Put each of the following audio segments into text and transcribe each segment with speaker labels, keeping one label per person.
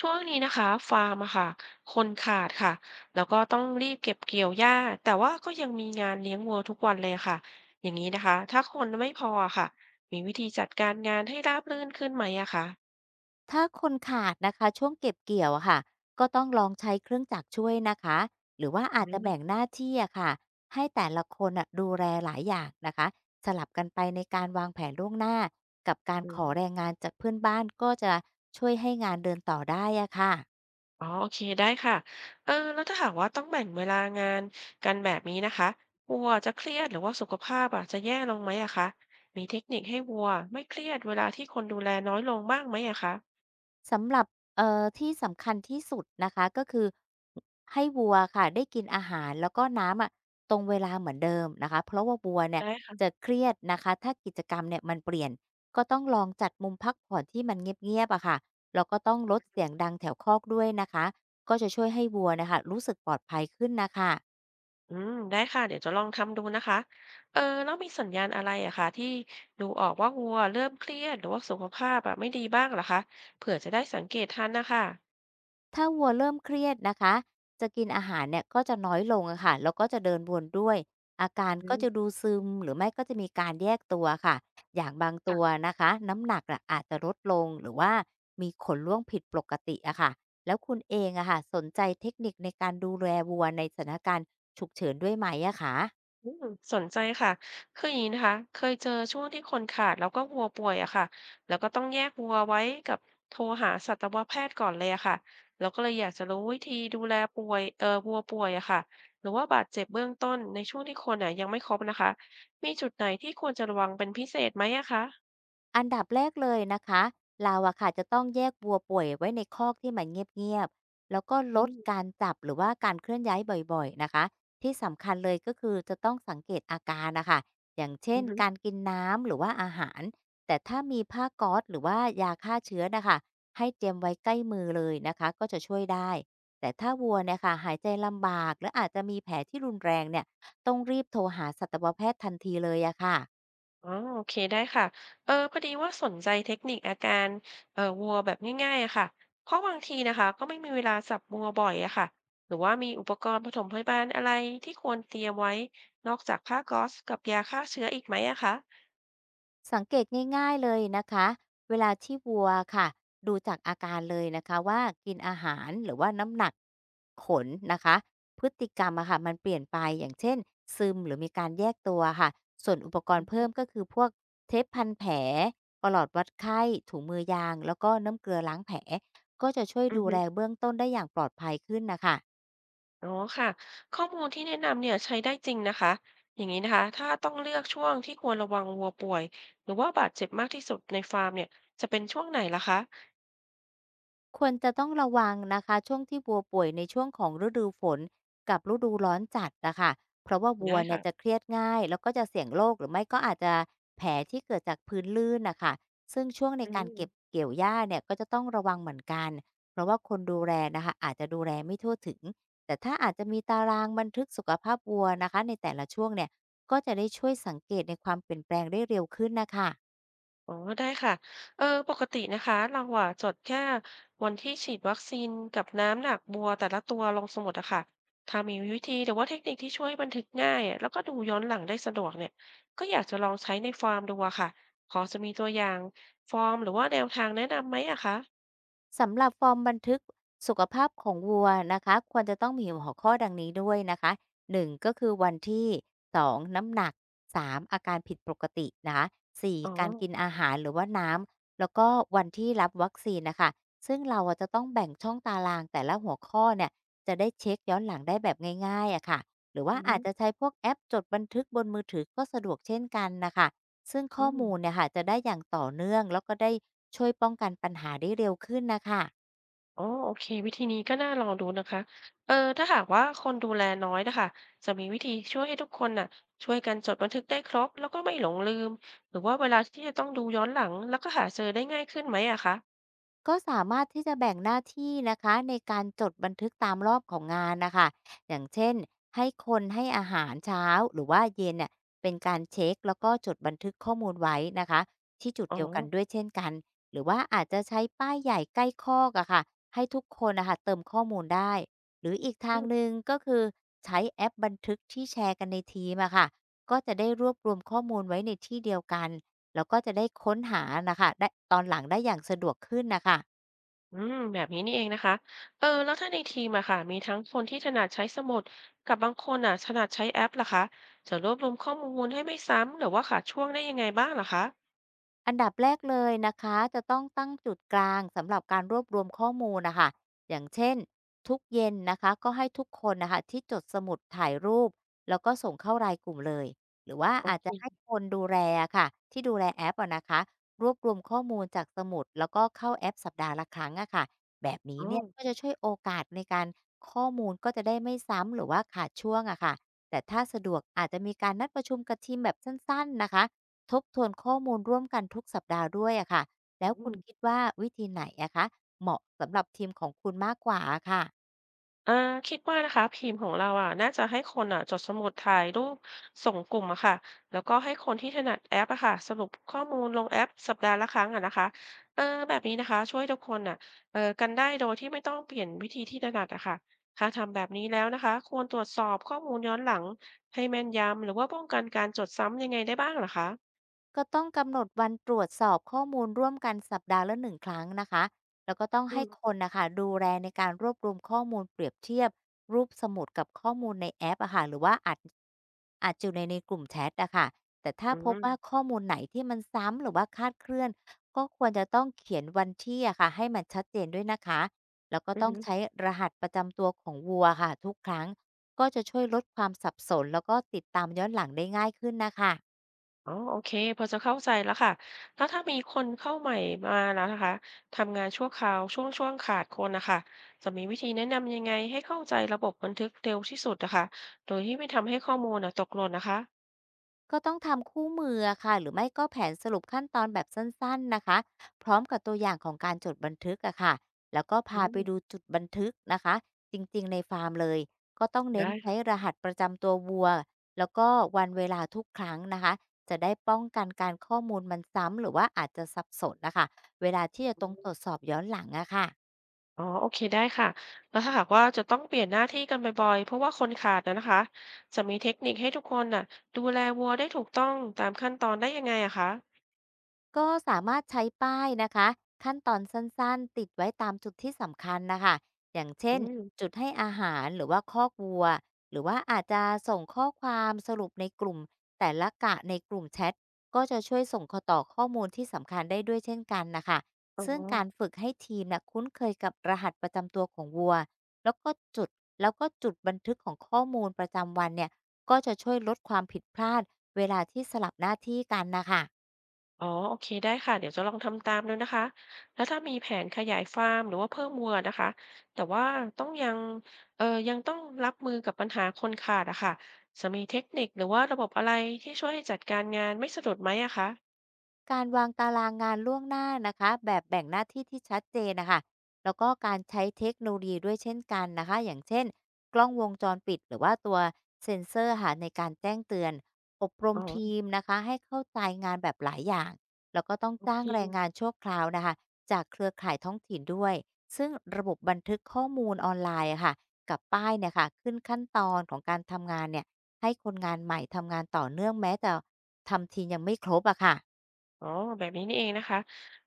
Speaker 1: ช่วงนี้นะคะฟาร์มอะค่ะคนขาดค่ะแล้วก็ต้องรีบเก็บเกี่ยวหญ้าแต่ว่าก็ยังมีงานเลี้ยงวัวทุกวันเลยค่ะอย่างนี้นะคะถ้าคนไม่พออะค่ะมีวิธีจัดการงานให้ราบรื่นขึ้นไหมอะคะ
Speaker 2: ถ้าคนขาดนะคะช่วงเก็บเกี่ยวอะค่ะก็ต้องลองใช้เครื่องจักรช่วยนะคะหรือว่าอา
Speaker 1: อื
Speaker 2: จจะแบ่ง
Speaker 1: ม
Speaker 2: หน้าที่อะค่ะให้แต่ละคนอะดูแลหลายอย่างนะคะสลับกันไปในการวางแผนล่วงหน้ากับการ
Speaker 1: อืม
Speaker 2: ขอแรงงานจากเพื่อนบ้านก็จะช่วยให้งานเดินต่อได้อะค่ะ
Speaker 1: อ๋อโอเคได้ค่ะเออแล้วถ้าหากว่าต้องแบ่งเวลางานกันแบบนี้นะคะวัวจะเครียดหรือว่าสุขภาพอะจะแย่ลงไหมอะคะมีเทคนิคให้วัวไม่เครียดเวลาที่คนดูแลน้อยลงบ้างไหมอะคะ
Speaker 2: สำหรับที่สำคัญที่สุดนะคะก็คือให้วัวค่ะได้กินอาหารแล้วก็น้ำอะตรงเวลาเหมือนเดิมนะคะเพราะว่าวัวเนี่ย
Speaker 1: ได้
Speaker 2: จะ
Speaker 1: ค่ะ
Speaker 2: เครียดนะคะถ้ากิจกรรมเนี่ยมันเปลี่ยนก็ต้องลองจัดมุมพักผ่อนที่มันเงียบๆอะค่ะแล้วก็ต้องลดเสียงดังแถวคอกด้วยนะคะก็จะช่วยให้วัวนะคะรู้สึกปลอดภัยขึ้นนะคะ
Speaker 1: อืมได้ค่ะเดี๋ยวจะลองทำดูนะคะเออแล้วมีสัญญาณอะไรอะคะที่ดูออกว่าวัวเริ่มเครียดหรือว่าสุขภาพอะไม่ดีบ้างเหรอคะเผื่อจะได้สังเกตทันนะคะ
Speaker 2: ถ้าวัวเริ่มเครียดนะคะจะกินอาหารเนี่ยก็จะน้อยลงอะค่ะแล้วก็จะเดินวนด้วย อาการ
Speaker 1: อื
Speaker 2: ก็จะดู
Speaker 1: ม
Speaker 2: ซึมหรือไม่ก็จะมีการแยกตัวค่ะอย่างบางตัว
Speaker 1: ค่ะ
Speaker 2: นะคะน้ำหนักอะอาจจะลดลงหรือว่ามีขนร่วงผิดปกติอะค่ะแล้วคุณเองอะค่ะสนใจเทคนิคในการดูแลวัวในสถานการณ์ฉุกเฉินด้วยไหมอะคะ
Speaker 1: อืมสนใจค่ะคืออย่างนี้นะคะเคยเจอช่วงที่คนขาดแล้วก็วัวป่วยอะค่ะแล้วก็ต้องแยกวัวไว้กับโทรหาสัตวแพทย์ก่อนเลยอะค่ะแล้วก็เลยอยากจะรู้วิธีดูแลป่วยเอ่อวัวป่วยอะค่ะหรือว่าบาดเจ็บเบื้องต้นในช่วงที่คนอะยังไม่ครบนะคะมีจุดไหนที่ควรจะระวังเป็นพิเศษไหมอะคะ
Speaker 2: อันดับแรกเลยนะคะเราอะค่ะจะต้องแยกวัวป่วยไว้ในคอกที่มันเงียบๆแล้วก็ลด
Speaker 1: อื
Speaker 2: การจับหรือว่าการเคลื่อนย้ายบ่อยๆนะคะที่สำคัญเลยก็คือจะต้องสังเกตอาการนะคะอย่างเช่นการ
Speaker 1: ม
Speaker 2: กินน้ำหรือว่าอาหารแต่ถ้ามีผ้าก๊อซหรือว่ายาฆ่าเชื้อนะคะให้เตรียมไว้ใกล้มือเลยนะคะก็จะช่วยได้แต่ถ้าวัวเนี่ยค่ะหายใจลำบากและอาจจะมีแผลที่รุนแรงเนี่ยต้องรีบโทรหาสัตวแพทย์ทันทีเลยอะค่ะ
Speaker 1: อ๋อโอเคได้ค่ะเออพอดีว่าสนใจเทคนิคอาการวัวแบบง่ายๆอะค่ะเพราะบางทีนะคะก็ไม่มีเวลาสับวัวบ่อยอะค่ะหรือว่ามีอุปกรณ์ปสมพยาบาลอะไรที่ควรเตรียมไว้นอกจากผ้าก๊อซกับยาฆ่าเชื้ออีกไหมอะคะ
Speaker 2: สังเกตง่ายๆเลยนะคะเวลาที่วัวค่ะดูจากอาการเลยนะคะว่ากินอาหารหรือว่าน้ำหนักขนนะคะพฤติกรรมอะค่ะมันเปลี่ยนไปอย่างเช่นซึมหรือมีการแยกตัวค่ะส่วนอุปกร
Speaker 1: อื
Speaker 2: ณ์เพิ่ม
Speaker 1: อ
Speaker 2: ก็คือพวกเทปพันแผลปลอดวัดไข้ถุงมือยางแล้วก็น้ำเกลือล้างแผลก็จะช่วย
Speaker 1: อือ
Speaker 2: ดู
Speaker 1: ฮึ
Speaker 2: แลเบื้องต้นได้อย่างปลอดภัยขึ้นนะคะ
Speaker 1: อ๋อค่ะข้อมูลที่แนะนำเนี่ยใช้ได้จริงนะคะอย่างนี้นะคะถ้าต้องเลือกช่วงที่ควรระวังวัวป่วยหรือว่าบาดเจ็บมากที่สุดในฟาร์มเนี่ยจะเป็นช่วงไหนล่ะคะ
Speaker 2: ควรจะต้องระวังนะคะช่วงที่วัวป่วยในช่วงของฤดูฝนกับฤดูร้อนจัดนะคะเพราะว่าวั
Speaker 1: ได้
Speaker 2: วเนี่ยจะ
Speaker 1: ค่ะ
Speaker 2: เครียดง่ายแล้วก็จะเสี่ยงโรคหรือไม่ก็อาจจะแผลที่เกิดจากพื้นลื่นนะคะซึ่งช่วงใน
Speaker 1: อื
Speaker 2: การ
Speaker 1: ม
Speaker 2: เก็บเกี่ยวหญ้าเนี่ยก็จะต้องระวังเหมือนกันเพราะว่าคนดูแลนะคะอาจจะดูแลไม่ทั่วถึงแต่ถ้าอาจจะมีตารางบันทึกสุขภาพวัวนะคะในแต่ละช่วงเนี่ยก็จะได้ช่วยสังเกตในความเปลี่ยนแปลงได้เร็วขึ้นนะคะ
Speaker 1: อ๋อได้ค่ะ เออปกตินะคะเราอะจดแค่วันที่ฉีดวัคซีนกับน้ำหนักบัวแต่ละตัวลงสมุดอะค่ะถ้ามีวิธีหรือว่าเทคนิคที่ช่วยบันทึกง่ายอะแล้วก็ดูย้อนหลังได้สะดวกเนี่ยก็อยากจะลองใช้ในฟาร์มดูอะค่ะ ขอจะมีตัวอย่างฟอร์มหรือว่าแนวทางแนะนำไหมอะคะ
Speaker 2: สำหรับฟอร์มบันทึกสุขภาพของวัวนะคะควรจะต้องมีหัวข้อดังนี้ด้วยนะคะหนึ่งก็คือวันที่สองน้ำหนักสามอาการผิดปกตินะคะสี่
Speaker 1: อ๋อ
Speaker 2: การกินอาหารหรือว่าน้ำแล้วก็วันที่รับวัคซีนนะค่ะซึ่งเราอะจะต้องแบ่งช่องตารางแต่ละหัวข้อเนี่ยจะได้เช็กย้อนหลังได้แบบง่ายๆอะค่ะหรือว่า
Speaker 1: อือฮึ
Speaker 2: อาจจะใช้พวกแอปจดบันทึกบนมือถือก็สะดวกเช่นกันนะคะ ซึ่ง
Speaker 1: อื
Speaker 2: ข้อ
Speaker 1: ม
Speaker 2: มูลเนี่ยค่ะจะได้อย่างต่อเนื่องแล้วก็ได้ช่วยป้องกันปัญหาได้เร็วขึ้นนะคะ
Speaker 1: อ๋อโอเควิธีนี้ก็น่าลองดูนะคะเออถ้าหากว่าคนดูแลน้อยนะคะจะมีวิธีช่วยให้ทุกคนน่ะช่วยกันจดบันทึกได้ครบแล้วก็ไม่หลงลืมหรือว่าเวลาที่จะต้องดูย้อนหลังแล้วก็หาเจอได้ง่ายขึ้นไหมอะคะ
Speaker 2: ก็สามารถที่จะแบ่งหน้าที่นะคะในการจดบันทึกตามรอบของงานนะคะอย่างเช่นให้คนให้อาหารเช้าหรือว่าเย็นเนี่ยเป็นการเช็คแล้วก็จดบันทึกข้อมูลไว้นะคะที่จุด
Speaker 1: อ๋อ
Speaker 2: เดียวกันด้วยเช่นกันหรือว่าอาจจะใช้ป้ายใหญ่ใกล้คอกอะค่ะให้ทุกคนนะคะเติมข้อมูลได้หรืออีก
Speaker 1: อื
Speaker 2: ทาง
Speaker 1: ม
Speaker 2: หนึ่งก็คือใช้แอปบันทึกที่แชร์กันในทีมอะค่ะก็จะได้รวบรวมข้อมูลไว้ในที่เดียวกัน แล้วก็จะได้ค้นหานะคะได้ตอนหลังได้อย่างสะดวกขึ้นนะคะ
Speaker 1: อืมแบบนี้นี่เองนะคะเออแล้วถ้าในทีมอะค่ะมีทั้งคนที่ถนัดใช้สมุดกับบางคนน่ะถนัดใช้แอปล่ะคะจะรวบรวมข้อมูลให้ไม่ซ้ำหรือว่าขาดช่วงได้ยังไงบ้างล่ะคะ
Speaker 2: อันดับแรกเลยนะคะจะต้องตั้งจุดกลางสำหรับการรวบรวมข้อมูลนะคะอย่างเช่นทุกเย็นนะคะก็ให้ทุกคนนะคะที่จดสมุดถ่ายรูปแล้วก็ส่งเข้ารายกลุ่มเลยหรือว่า
Speaker 1: โอ
Speaker 2: อาจ
Speaker 1: เค
Speaker 2: จะให้คนดูแลค่ะที่ดูแลแอปอะนะคะรวบรวมข้อมูลจากสมุดแล้วก็เข้าแอปสัปดาห์ละครั้งอะค่ะแบบนี้
Speaker 1: อ๋อ
Speaker 2: เนี่ยก็จะช่วยโอกาสในการข้อมูลก็จะได้ไม่ซ้ำหรือว่าขาดช่วงอะค่ะแต่ถ้าสะดวกอาจจะมีการนัดประชุมกับทีมแบบสั้นๆนะคะ ทบทวนข้อมูลร่วมกันทุกสัปดาห์ด้วยอะค่ะแล้ว
Speaker 1: อื
Speaker 2: คุณ
Speaker 1: ม
Speaker 2: คิดว่าวิธีไหนอะคะเหมาะสำหรับทีมของคุณมากกว่าอะค่ะ
Speaker 1: อ่าคิดว่านะคะทีมของเราอะน่าจะให้คนอะจดสมุดถ่ายรูปส่งกลุ่มอะค่ะแล้วก็ให้คนที่ถนัดแอปอะค่ะสรุปข้อมูลลงแอปสัปดาห์ละครั้งอะนะคะเออแบบนี้นะคะช่วยทุกคนอะเออกันได้โดยที่ไม่ต้องเปลี่ยนวิธีที่ถนัดอะค่ะถ้าทำแบบนี้แล้วนะคะควรตรวจสอบข้อมูลย้อนหลังให้แม่นยำหรือว่าป้องกันการจดซ้ำยังไงได้บ้างเหรอคะ
Speaker 2: ก็ต้องกำหนดวันตรวจสอบข้อมูลร่วมกันสัปดาห์ละหนึ่งครั้งนะคะแล้วก็ต้อง
Speaker 1: อื
Speaker 2: ให้
Speaker 1: ม
Speaker 2: คนนะคะดูแลในการรวบรวมข้อมูลเปรียบเทียบรูปสมุดกับข้อมูลในแอปอะค่ะหรือว่าอัดอยู่ในกลุ่มแชทอะค่ะแต่ถ้า
Speaker 1: อื
Speaker 2: พบ
Speaker 1: ม
Speaker 2: ว่าข้อมูลไหนที่มันซ้ำหรือว่าคลาดเคลื่อนก็ควรจะต้องเขียนวันที่อะค่ะให้มันชัดเจนด้วยนะคะแล้วก็
Speaker 1: อื
Speaker 2: ต้องใช้
Speaker 1: ม
Speaker 2: รหัสประจำตัวของวัวค่ะทุกครั้งก็จะช่วยลดความสับสนแล้วก็ติดตามย้อนหลังได้ง่ายขึ้นนะคะ
Speaker 1: อ๋อโอเคพอจะเข้าใจแล้วค่ะแล้วถ้ามีคนเข้าใหม่มาแล้วนะคะทำงานชั่วคราวช่วงขาดคนนะคะจะมีวิธีแนะนำยังไงให้เข้าใจระบบบันทึกเร็วที่สุดนะคะโดยที่ไม่ทำให้ข้อมูลนะตกหล่นนะคะ
Speaker 2: ก็ต้องทำคู่มืออะค่ะหรือไม่ก็แผนสรุปขั้นตอนแบบสั้นๆนะคะพร้อมกับตัวอย่างของการจดบันทึกอะค่ะแล้วก็
Speaker 1: อื
Speaker 2: พา
Speaker 1: ม
Speaker 2: ไปดูจุดบันทึกนะคะจริงๆในฟาร์มเลยก็ต้องเน้น
Speaker 1: ได้
Speaker 2: ใช้
Speaker 1: ค่ะ
Speaker 2: รหัสประจำตัววัวแล้วก็วันเวลาทุกครั้งนะคะจะได้ป้องกันการข้อมูลมันซ้ำหรือว่าอาจจะสับสนนะคะเวลาที่จะ
Speaker 1: อื
Speaker 2: ตรงตรวจส
Speaker 1: ม
Speaker 2: อบย้อนหลังอะค่ะ
Speaker 1: อ๋อโอเคได้ค่ะแล้วถ้าหากว่าจะต้องเปลี่ยนหน้าที่กันบ่อยๆเพราะว่าคนขาดนะคะจะมีเทคนิคให้ทุกคนน่ะดูแลวัวได้ถูกต้องตามขั้นตอนได้ยังไงอะคะ
Speaker 2: ก็สามารถใช้ป้ายนะคะขั้นตอนสั้นๆ ติดไว้ตามจุดที่สำคัญนะคะอย่าง
Speaker 1: อื
Speaker 2: เช่น
Speaker 1: ม
Speaker 2: จุดให้อาหารหรือว่าคอกวัวหรือว่าอาจจะส่งข้อความสรุปในกลุ่มแต่ละกะในกลุ่มแชทก็จะช่วยส่งขอต่อข้อมูลที่สำคัญได้ด้วยเช่นกันนะคะ
Speaker 1: อ๋อ
Speaker 2: ซึ่งการฝึกให้ทีมนะคุ้นเคยกับรหัสประจำตัวของวัวแล้วก็จุดจุดบันทึกของข้อมูลประจำวันเนี่ยก็จะช่วยลดความผิดพลาดเวลาที่สลับหน้าที่กันนะคะ
Speaker 1: อ๋อโอเคได้ค่ะเดี๋ยวจะลองทำตามดูนะคะแล้วถ้ามีแผนขยายฟาร์มหรือว่าเพิ่มวัวนะคะแต่ว่าต้องยังเอ่อยังต้องรับมือกับปัญหาคนขาดอะค่ะจะมีเทคนิคหรือว่าระบบอะไรที่ช่วยให้จัดการงานไม่สะดุดไหมอะคะ
Speaker 2: การวางตารางงานล่วงหน้านะคะแบบแบ่งหน้าที่ที่ชัดเจนนะคะแล้วก็การใช้เทคโนโลยีด้วยเช่นกันนะคะอย่างเช่นกล้องวงจรปิดหรือว่าตัวเซ็นเซอร์ค่ะในการแจ้งเตือนอบร
Speaker 1: อ๋
Speaker 2: ม
Speaker 1: อ
Speaker 2: ทีมนะคะให้เข้าใจงานแบบหลายอย่างแล้วก็ต้อง
Speaker 1: โอ
Speaker 2: จ้า
Speaker 1: เค
Speaker 2: งแรงงานชั่วคราวนะคะจากเครือข่ายท้องถิ่นด้วยซึ่งระบบบันทึกข้อมูลออนไลน์อะค่ะกับป้ายเนี่ยค่ะขึ้นขั้นตอนของการทำงานเนี่ยให้คนงานใหม่ทำงานต่อเนื่องแม้แต่ทำทีมยังไม่ครบอะค่ะ
Speaker 1: อ๋อแบบนี้นี่เองนะคะ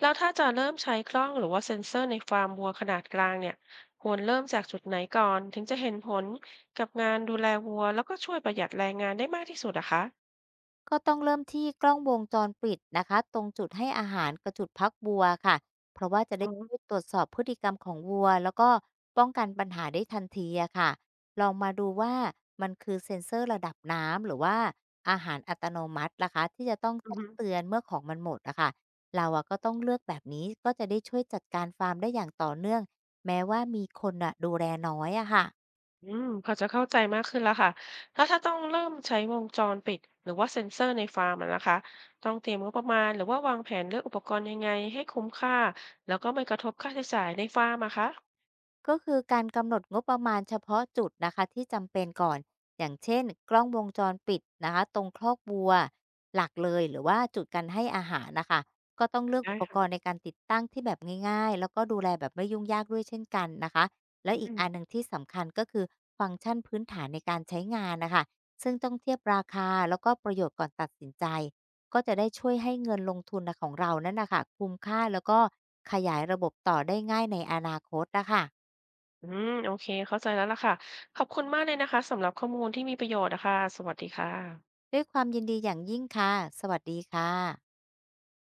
Speaker 1: แล้วถ้าจะเริ่มใช้กล้องหรือว่าเซ็นเซอร์ในฟาร์มวัวขนาดกลางเนี่ยควรเริ่มจากจุดไหนก่อนถึงจะเห็นผลกับงานดูแลวัวแล้วก็ช่วยประหยัดแรงงานได้มากที่สุดอะคะ
Speaker 2: ก็ต้องเริ่มที่กล้องวงจรปิดนะคะตรงจุดให้อาหารกับจุดพักวัวค่ะเพราะว่าจะ
Speaker 1: อ๋
Speaker 2: ได้
Speaker 1: อ
Speaker 2: ช่วยตรวจสอบพฤติกรรมของวัวแล้วก็ป้องกันปัญหาได้ทันทีอะค่ะลองมาดูว่ามันคือเซ็นเซอร์ระดับน้ำหรือว่าอาหารอัตโนมัตินะคะที่จะต้อง
Speaker 1: อือ
Speaker 2: แจ้
Speaker 1: ฮึ
Speaker 2: งเตือนเมื่อของมันหมดอะค่ะเราอะก็ต้องเลือกแบบนี้ก็จะได้ช่วยจัดการฟาร์มได้อย่างต่อเนื่องแม้ว่ามีคนอะดูแลน้อยอะค่ะ
Speaker 1: อืมพอจะเข้าใจมากขึ้นแล้วค่ะถ้าต้องเริ่มใช้วงจรปิดหรือว่าเซ็นเซอร์ในฟาร์มอะนะคะต้องเตรียมงบประมาณหรือว่าวางแผนเลือกอุปกรณ์ยังไงให้คุ้มค่าแล้วก็ไม่กระทบค่าใช้จ่ายในฟาร์มอะคะ
Speaker 2: ก็คือการกำหนดงบประมาณเฉพาะจุดนะคะที่จำเป็นก่อนอย่างเช่นกล้องวงจรปิดนะคะตรงคอกวัวหลักเลยหรือว่าจุดการให้อาหารนะคะก็ต้องเลือก
Speaker 1: ได้
Speaker 2: อุปกร
Speaker 1: ค่ะ
Speaker 2: ณ์ในการติดตั้งที่แบบง่ายๆแล้วก็ดูแลแบบไม่ยุ่งยากด้วยเช่นกันนะคะแล้
Speaker 1: อื
Speaker 2: วอีกอันห
Speaker 1: ม
Speaker 2: นึ่งที่สำคัญก็คือฟังก์ชันพื้นฐานในการใช้งานนะคะซึ่งต้องเทียบราคาแล้วก็ประโยชน์ก่อนตัดสินใจก็จะได้ช่วยให้เงินลงทุนนะของเรานั่นนะคะคุ้มค่าแล้วก็ขยายระบบต่อได้ง่ายในอนาคตนะคะ
Speaker 1: อืมโอเคเข้าใจแล้วล่ะค่ะขอบคุณมากเลยนะคะสำหรับข้อมูลที่มีประโยชน์นะคะสวัสดีค่ะ
Speaker 2: ด้วยความยินดีอย่างยิ่งค่ะ สวัสดีค่ะ